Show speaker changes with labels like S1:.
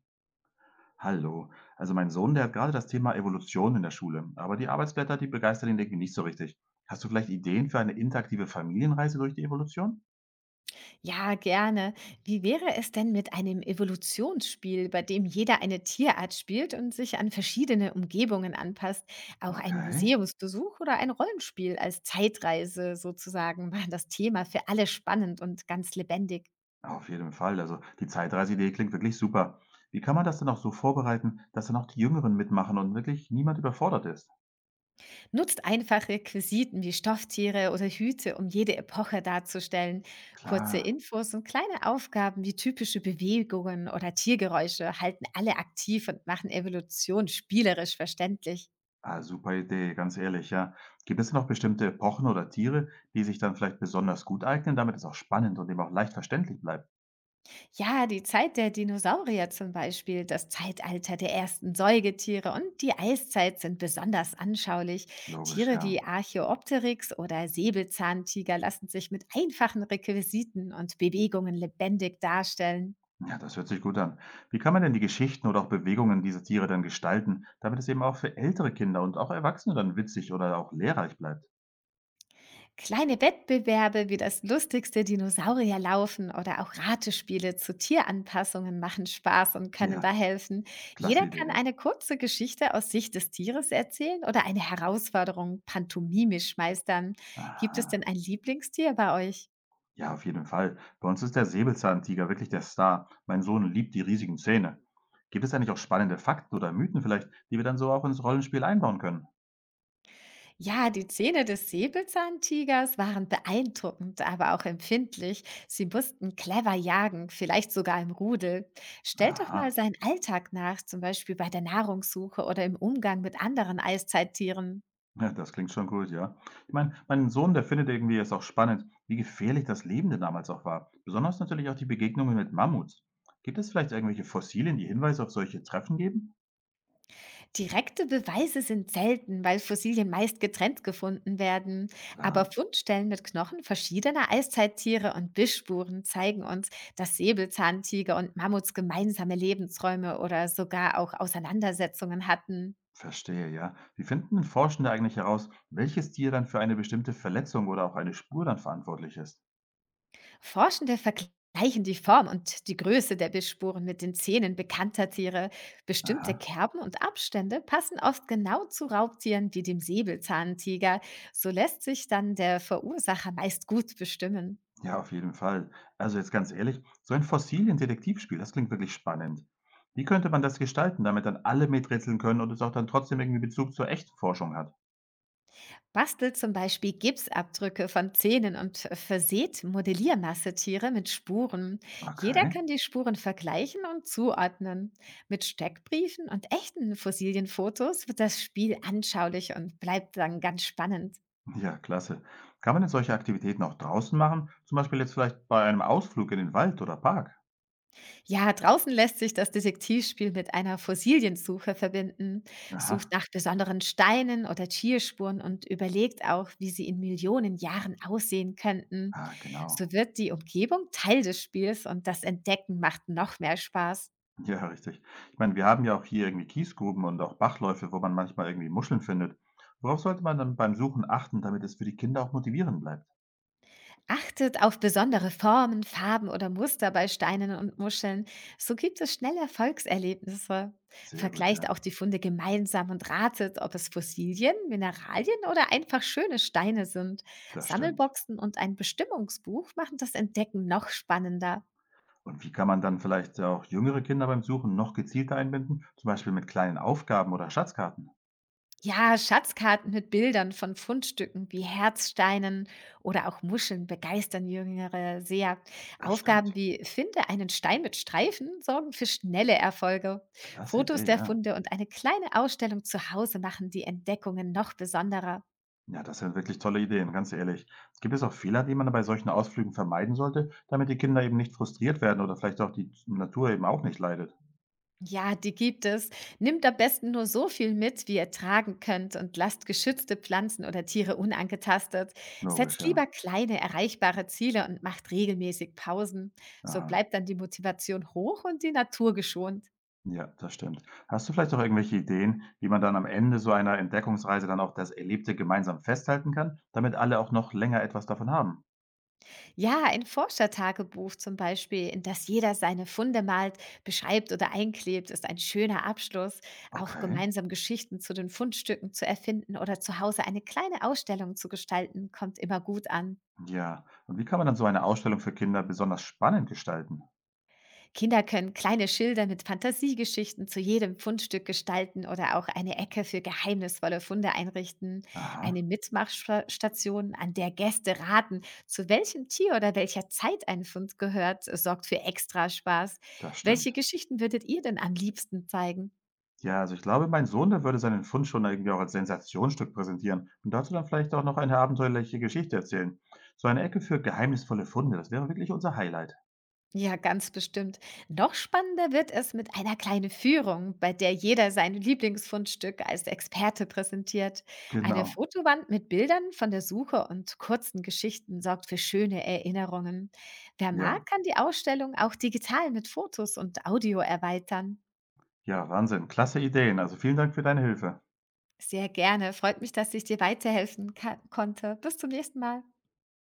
S1: Hallo. Also mein Sohn, der hat gerade das Thema Evolution in der Schule, aber die Arbeitsblätter, die begeistern ihn irgendwie nicht so richtig. Hast du vielleicht Ideen für eine interaktive Familienreise durch die Evolution?
S2: Ja, gerne. Wie wäre es denn mit einem Evolutionsspiel, bei dem jeder eine Tierart spielt und sich an verschiedene Umgebungen anpasst? Auch ein
S1: Okay,
S2: Museumsbesuch oder ein Rollenspiel als Zeitreise sozusagen machen das Thema für alle spannend und ganz lebendig.
S1: auf jeden Fall. Also die Zeitreiseidee klingt wirklich super. Wie kann man das denn auch so vorbereiten, dass dann auch die Jüngeren mitmachen und wirklich niemand überfordert ist?
S2: Nutzt einfache Requisiten wie Stofftiere oder Hüte, um jede Epoche darzustellen. Kurze
S1: Klar.
S2: Infos und kleine Aufgaben wie typische Bewegungen oder Tiergeräusche halten alle aktiv und machen Evolution spielerisch verständlich.
S1: Ah, super Idee, ganz ehrlich, ja. Gibt es denn noch bestimmte Epochen oder Tiere, die sich dann vielleicht besonders gut eignen, damit es auch spannend und eben auch leicht verständlich bleibt?
S2: Ja, die Zeit der Dinosaurier zum Beispiel, das Zeitalter der ersten Säugetiere und die Eiszeit sind besonders anschaulich.
S1: Logisch,
S2: Tiere
S1: ja.
S2: wie Archaeopteryx oder Säbelzahntiger lassen sich mit einfachen Requisiten und Bewegungen lebendig darstellen.
S1: Ja, das hört sich gut an. Wie kann man denn die Geschichten oder auch Bewegungen dieser Tiere dann gestalten, damit es eben auch für ältere Kinder und auch Erwachsene dann witzig oder auch lehrreich bleibt?
S2: Kleine Wettbewerbe wie das lustigste Dinosaurierlaufen oder auch Ratespiele zu Tieranpassungen machen Spaß und können
S1: Ja,
S2: da helfen.
S1: klasse
S2: Jeder
S1: Idee.
S2: kann
S1: Ja.
S2: eine kurze Geschichte aus Sicht des Tieres erzählen oder eine Herausforderung pantomimisch meistern. Gibt es
S1: Aha.
S2: denn ein Lieblingstier bei euch?
S1: Ja, auf jeden Fall. Bei uns ist der Säbelzahntiger wirklich der Star. Mein Sohn liebt die riesigen Zähne. Gibt es eigentlich auch spannende Fakten oder Mythen vielleicht, die wir dann so auch ins Rollenspiel einbauen können?
S2: Ja, die Zähne des Säbelzahntigers waren beeindruckend, aber auch empfindlich. Sie mussten clever jagen, vielleicht sogar im Rudel. Stellt doch mal
S1: Aha.
S2: seinen Alltag nach, zum Beispiel bei der Nahrungssuche oder im Umgang mit anderen Eiszeittieren.
S1: Ja, das klingt schon gut, ja. Ich meine, mein Sohn, der findet irgendwie jetzt auch spannend, wie gefährlich das Leben denn damals auch war. Besonders natürlich auch die Begegnungen mit Mammuts. Gibt es vielleicht irgendwelche Fossilien, die Hinweise auf solche Treffen geben?
S2: Direkte Beweise sind selten, weil Fossilien meist getrennt gefunden werden. Aber
S1: Klar,
S2: Fundstellen mit Knochen verschiedener Eiszeittiere und Bissspuren zeigen uns, dass Säbelzahntiger und Mammuts gemeinsame Lebensräume oder sogar auch Auseinandersetzungen hatten.
S1: verstehe, ja. Wie finden denn Forschende eigentlich heraus, welches Tier dann für eine bestimmte Verletzung oder auch eine Spur dann verantwortlich ist?
S2: Forschende vergleichen die Form und die Größe der Bissspuren mit den Zähnen bekannter Tiere. Bestimmte
S1: Aha,
S2: Kerben und Abstände passen oft genau zu Raubtieren wie dem Säbelzahntiger. So lässt sich dann der Verursacher meist gut bestimmen.
S1: ja, auf jeden Fall. Also jetzt ganz ehrlich, so ein Fossilien-Detektivspiel, das klingt wirklich spannend. Wie könnte man das gestalten, damit dann alle miträtseln können und es auch dann trotzdem irgendwie Bezug zur echten Forschung hat?
S2: Bastelt zum Beispiel Gipsabdrücke von Zähnen und verseht Modelliermassetiere mit Spuren. Jeder
S1: Okay.
S2: kann die Spuren vergleichen und zuordnen. Mit Steckbriefen und echten Fossilienfotos wird das Spiel anschaulich und bleibt dann ganz spannend.
S1: Ja, klasse. Kann man denn solche Aktivitäten auch draußen machen? Zum Beispiel jetzt vielleicht bei einem Ausflug in den Wald oder Park?
S2: Ja, draußen lässt sich das Detektivspiel mit einer Fossiliensuche verbinden, sucht
S1: Aha,
S2: nach besonderen Steinen oder Tierspuren und überlegt auch, wie sie in Millionen Jahren aussehen könnten.
S1: ah, genau.
S2: So wird die Umgebung Teil des Spiels und das Entdecken macht noch mehr Spaß.
S1: Ja, richtig. Ich meine, wir haben ja auch hier irgendwie Kiesgruben und auch Bachläufe, wo man manchmal irgendwie Muscheln findet. Worauf sollte man dann beim Suchen achten, damit es für die Kinder auch motivierend bleibt?
S2: Achtet auf besondere Formen, Farben oder Muster bei Steinen und Muscheln. So gibt es schnell Erfolgserlebnisse.
S1: Sehr gut,
S2: Vergleicht
S1: ja,
S2: auch die Funde gemeinsam und ratet, ob es Fossilien, Mineralien oder einfach schöne Steine sind.
S1: das stimmt.
S2: Sammelboxen und ein Bestimmungsbuch machen das Entdecken noch spannender.
S1: Und wie kann man dann vielleicht auch jüngere Kinder beim Suchen noch gezielter einbinden? Zum Beispiel mit kleinen Aufgaben oder Schatzkarten?
S2: Ja, Schatzkarten mit Bildern von Fundstücken wie Herzsteinen oder auch Muscheln begeistern Jüngere sehr.
S1: Das
S2: Aufgaben
S1: stimmt.
S2: wie Finde einen Stein mit Streifen sorgen für schnelle Erfolge.
S1: Klasse
S2: Fotos
S1: Idee,
S2: der
S1: ja.
S2: Funde und eine kleine Ausstellung zu Hause machen die Entdeckungen noch besonderer.
S1: Ja, das sind wirklich tolle Ideen, ganz ehrlich. Gibt es auch Fehler, die man bei solchen Ausflügen vermeiden sollte, damit die Kinder eben nicht frustriert werden oder vielleicht auch die Natur eben auch nicht leidet?
S2: Ja, die gibt es. Nimmt am besten nur so viel mit, wie ihr tragen könnt und lasst geschützte Pflanzen oder Tiere unangetastet.
S1: Logisch,
S2: Setzt lieber
S1: ja.
S2: kleine, erreichbare Ziele und macht regelmäßig Pausen. So
S1: Aha.
S2: bleibt dann die Motivation hoch und die Natur geschont.
S1: Ja, das stimmt. Hast du vielleicht auch irgendwelche Ideen, wie man dann am Ende so einer Entdeckungsreise dann auch das Erlebte gemeinsam festhalten kann, damit alle auch noch länger etwas davon haben?
S2: Ja, ein Forschertagebuch zum Beispiel, in das jeder seine Funde malt, beschreibt oder einklebt, ist ein schöner Abschluss. Auch
S1: Okay.
S2: gemeinsam Geschichten zu den Fundstücken zu erfinden oder zu Hause eine kleine Ausstellung zu gestalten, kommt immer gut an.
S1: Ja. Und wie kann man dann so eine Ausstellung für Kinder besonders spannend gestalten?
S2: Kinder können kleine Schilder mit Fantasiegeschichten zu jedem Fundstück gestalten oder auch eine Ecke für geheimnisvolle Funde einrichten, eine
S1: Aha,
S2: Mitmachstation, an der Gäste raten, zu welchem Tier oder welcher Zeit ein Fund gehört, sorgt für extra Spaß.
S1: das
S2: Welche
S1: stimmt.
S2: Geschichten würdet ihr denn am liebsten zeigen?
S1: Ja, also ich glaube, mein Sohn, der würde seinen Fund schon irgendwie auch als Sensationsstück präsentieren und dazu dann vielleicht auch noch eine abenteuerliche Geschichte erzählen. So eine Ecke für geheimnisvolle Funde, das wäre wirklich unser Highlight.
S2: Ja, ganz bestimmt. Noch spannender wird es mit einer kleinen Führung, bei der jeder sein Lieblingsfundstück als Experte präsentiert. Eine
S1: Genau.
S2: Fotowand mit Bildern von der Suche und kurzen Geschichten sorgt für schöne Erinnerungen. Wer mag,
S1: Ja,
S2: kann die Ausstellung auch digital mit Fotos und Audio erweitern.
S1: ja, Wahnsinn. Klasse Ideen. Also vielen Dank für deine Hilfe.
S2: Sehr gerne. Freut mich, dass ich dir weiterhelfen konnte. Bis zum nächsten Mal.